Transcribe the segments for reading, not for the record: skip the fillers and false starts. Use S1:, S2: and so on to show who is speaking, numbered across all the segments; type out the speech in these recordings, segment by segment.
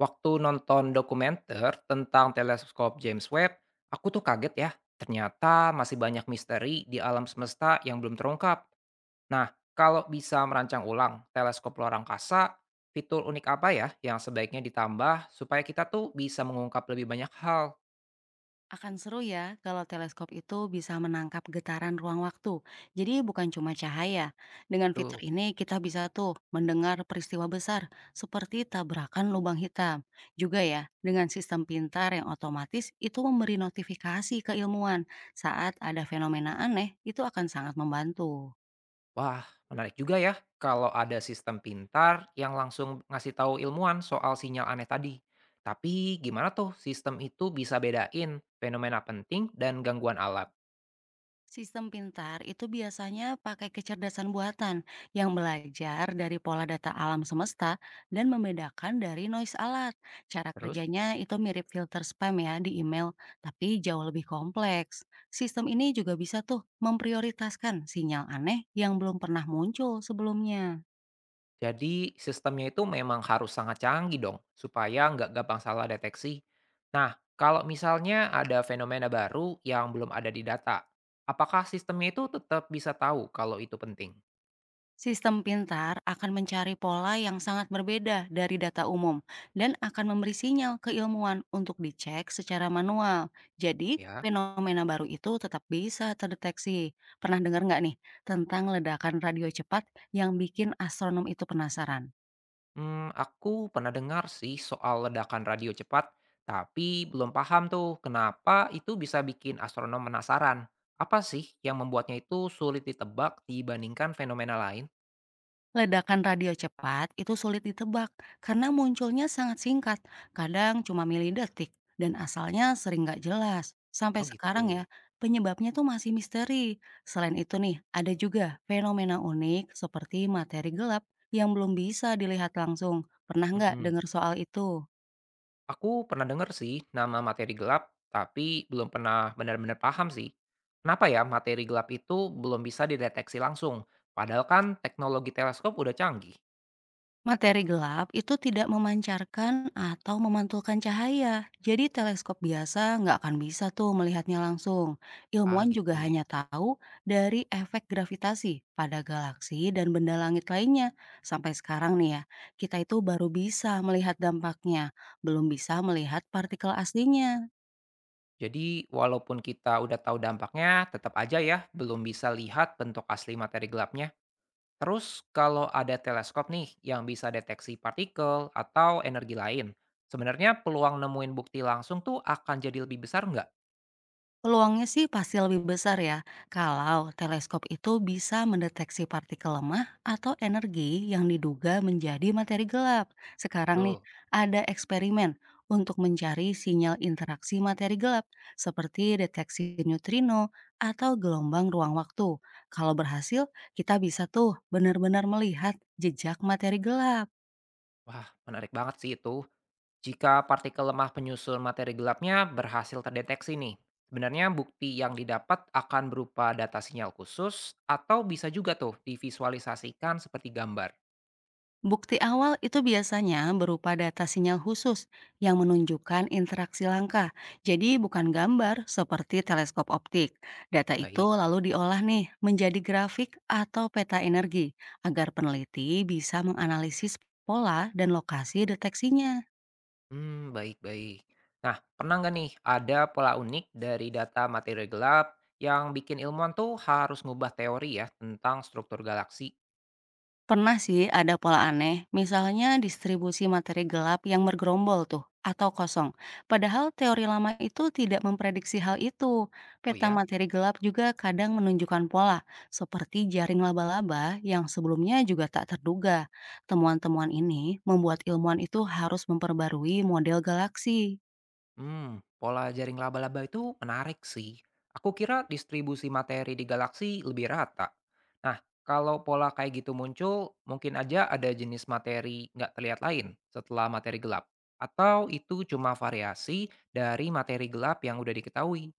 S1: Waktu nonton dokumenter tentang teleskop James Webb, aku tuh kaget ya. Ternyata masih banyak misteri di alam semesta yang belum terungkap. Nah, kalau bisa merancang ulang teleskop luar angkasa, fitur unik apa ya yang sebaiknya ditambah supaya kita tuh bisa mengungkap lebih banyak hal?
S2: Akan seru ya kalau teleskop itu bisa menangkap getaran ruang waktu. Jadi bukan cuma cahaya. Dengan fitur
S1: Tuh.
S2: ini kita bisa tuh mendengar peristiwa besar seperti tabrakan lubang hitam. Juga ya, dengan sistem pintar yang otomatis itu memberi notifikasi keilmuan. Saat ada fenomena aneh, itu akan sangat membantu.
S1: Wah, menarik juga ya kalau ada sistem pintar yang langsung ngasih tahu ilmuwan soal sinyal aneh tadi. Tapi gimana tuh sistem itu bisa bedain fenomena penting dan gangguan alam?
S2: Sistem pintar itu biasanya pakai kecerdasan buatan yang belajar dari pola data alam semesta dan membedakan dari noise alat. Cara
S1: Terus?
S2: kerjanya itu mirip filter spam ya di email, tapi jauh lebih kompleks. Sistem ini juga bisa tuh memprioritaskan sinyal aneh yang belum pernah muncul sebelumnya.
S1: Jadi sistemnya itu memang harus sangat canggih dong, supaya nggak gampang salah deteksi. Nah, kalau misalnya ada fenomena baru yang belum ada di data, apakah sistemnya itu tetap bisa tahu kalau itu penting?
S2: Sistem pintar akan mencari pola yang sangat berbeda dari data umum dan akan memberi sinyal keilmuan untuk dicek secara manual. Jadi,
S1: Ya.
S2: fenomena baru itu tetap bisa terdeteksi. Pernah dengar nggak nih tentang ledakan radio cepat yang bikin astronom itu penasaran?
S1: Hmm, aku pernah dengar sih soal ledakan radio cepat, tapi belum paham tuh kenapa itu bisa bikin astronom penasaran. Apa sih yang membuatnya itu sulit ditebak dibandingkan fenomena lain?
S2: Ledakan radio cepat itu sulit ditebak karena munculnya sangat singkat, kadang cuma milidetik, dan asalnya sering nggak jelas. Sampai
S1: Oh
S2: sekarang ya,
S1: gitu.
S2: penyebabnya tuh masih misteri. Selain itu nih, ada juga fenomena unik seperti materi gelap yang belum bisa dilihat langsung. Pernah nggak
S1: Mm-mm.
S2: dengar soal itu?
S1: Aku pernah dengar sih nama materi gelap, tapi belum pernah benar-benar paham sih. Kenapa ya materi gelap itu belum bisa dideteksi langsung? Padahal kan teknologi teleskop udah canggih.
S2: Materi gelap itu tidak memancarkan atau memantulkan cahaya, jadi teleskop biasa nggak akan bisa tuh melihatnya langsung.
S1: Ah
S2: Ilmuwan juga
S1: gitu.
S2: hanya tahu dari efek gravitasi pada galaksi dan benda langit lainnya. Sampai sekarang nih ya, kita itu baru bisa melihat dampaknya, belum bisa melihat partikel aslinya.
S1: Jadi walaupun kita udah tahu dampaknya, tetap aja ya belum bisa lihat bentuk asli materi gelapnya. Terus kalau ada teleskop nih yang bisa deteksi partikel atau energi lain, sebenarnya peluang nemuin bukti langsung tuh akan jadi lebih besar nggak?
S2: Peluangnya sih pasti lebih besar ya, kalau teleskop itu bisa mendeteksi partikel lemah atau energi yang diduga menjadi materi gelap. Sekarang nih,
S1: Tuh.
S2: ada eksperimen untuk mencari sinyal interaksi materi gelap, seperti deteksi neutrino atau gelombang ruang waktu. Kalau berhasil, kita bisa tuh benar-benar melihat jejak materi gelap.
S1: Wah, menarik banget sih itu. Jika partikel lemah penyusul materi gelapnya berhasil terdeteksi nih, sebenarnya bukti yang didapat akan berupa data sinyal khusus atau bisa juga tuh divisualisasikan seperti gambar.
S2: Bukti awal itu biasanya berupa data sinyal khusus yang menunjukkan interaksi langka. Jadi bukan gambar seperti teleskop optik. Data itu
S1: Baik.
S2: lalu diolah nih menjadi grafik atau peta energi agar peneliti bisa menganalisis pola dan lokasi deteksinya.
S1: Hmm, baik-baik. Nah, pernah nggak nih ada pola unik dari data materi gelap yang bikin ilmuwan tuh harus ngubah teori ya tentang struktur galaksi?
S2: Pernah sih ada pola aneh, misalnya distribusi materi gelap yang bergerombol tuh, atau kosong. Padahal teori lama itu tidak memprediksi hal itu.
S1: Oh
S2: Peta
S1: ya.
S2: materi gelap juga kadang menunjukkan pola, seperti jaring laba-laba yang sebelumnya juga tak terduga. Temuan-temuan ini membuat ilmuwan itu harus memperbarui model galaksi.
S1: Hmm, pola jaring laba-laba itu menarik sih. Aku kira distribusi materi di galaksi lebih rata. Nah, kalau pola kayak gitu muncul, mungkin aja ada jenis materi nggak terlihat lain setelah materi gelap. Atau itu cuma variasi dari materi gelap yang udah diketahui.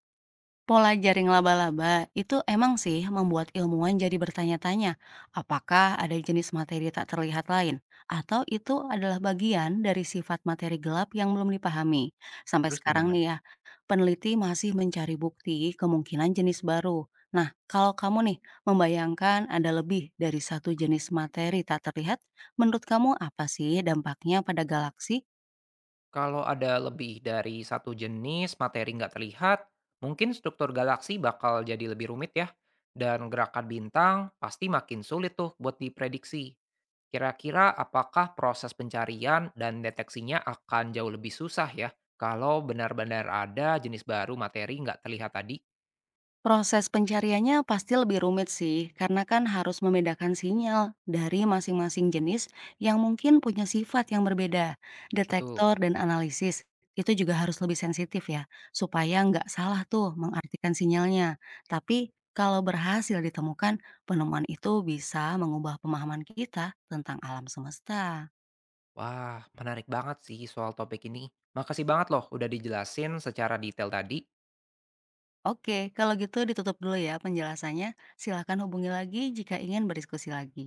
S2: Pola jaring laba-laba itu emang sih membuat ilmuwan jadi bertanya-tanya, apakah ada jenis materi tak terlihat lain, atau itu adalah bagian dari sifat materi gelap yang belum dipahami. Sampai
S1: Terus
S2: sekarang nih
S1: gimana?
S2: ya, peneliti masih mencari bukti kemungkinan jenis baru. Nah, kalau kamu nih membayangkan ada lebih dari satu jenis materi tak terlihat, menurut kamu apa sih dampaknya pada galaksi?
S1: Kalau ada lebih dari satu jenis materi nggak terlihat, mungkin struktur galaksi bakal jadi lebih rumit ya. Dan gerakan bintang pasti makin sulit tuh buat diprediksi. Kira-kira apakah proses pencarian dan deteksinya akan jauh lebih susah ya kalau benar-benar ada jenis baru materi nggak terlihat tadi?
S2: Proses pencariannya pasti lebih rumit sih, karena kan harus membedakan sinyal dari masing-masing jenis yang mungkin punya sifat yang berbeda.
S1: Betul.
S2: Detektor dan analisis itu juga harus lebih sensitif ya, supaya nggak salah tuh mengartikan sinyalnya. Tapi kalau berhasil ditemukan, penemuan itu bisa mengubah pemahaman kita tentang alam semesta.
S1: Wah, menarik banget sih soal topik ini. Makasih banget loh udah dijelasin secara detail tadi.
S2: Oke, kalau gitu ditutup dulu ya penjelasannya. Silakan hubungi lagi jika ingin berdiskusi lagi.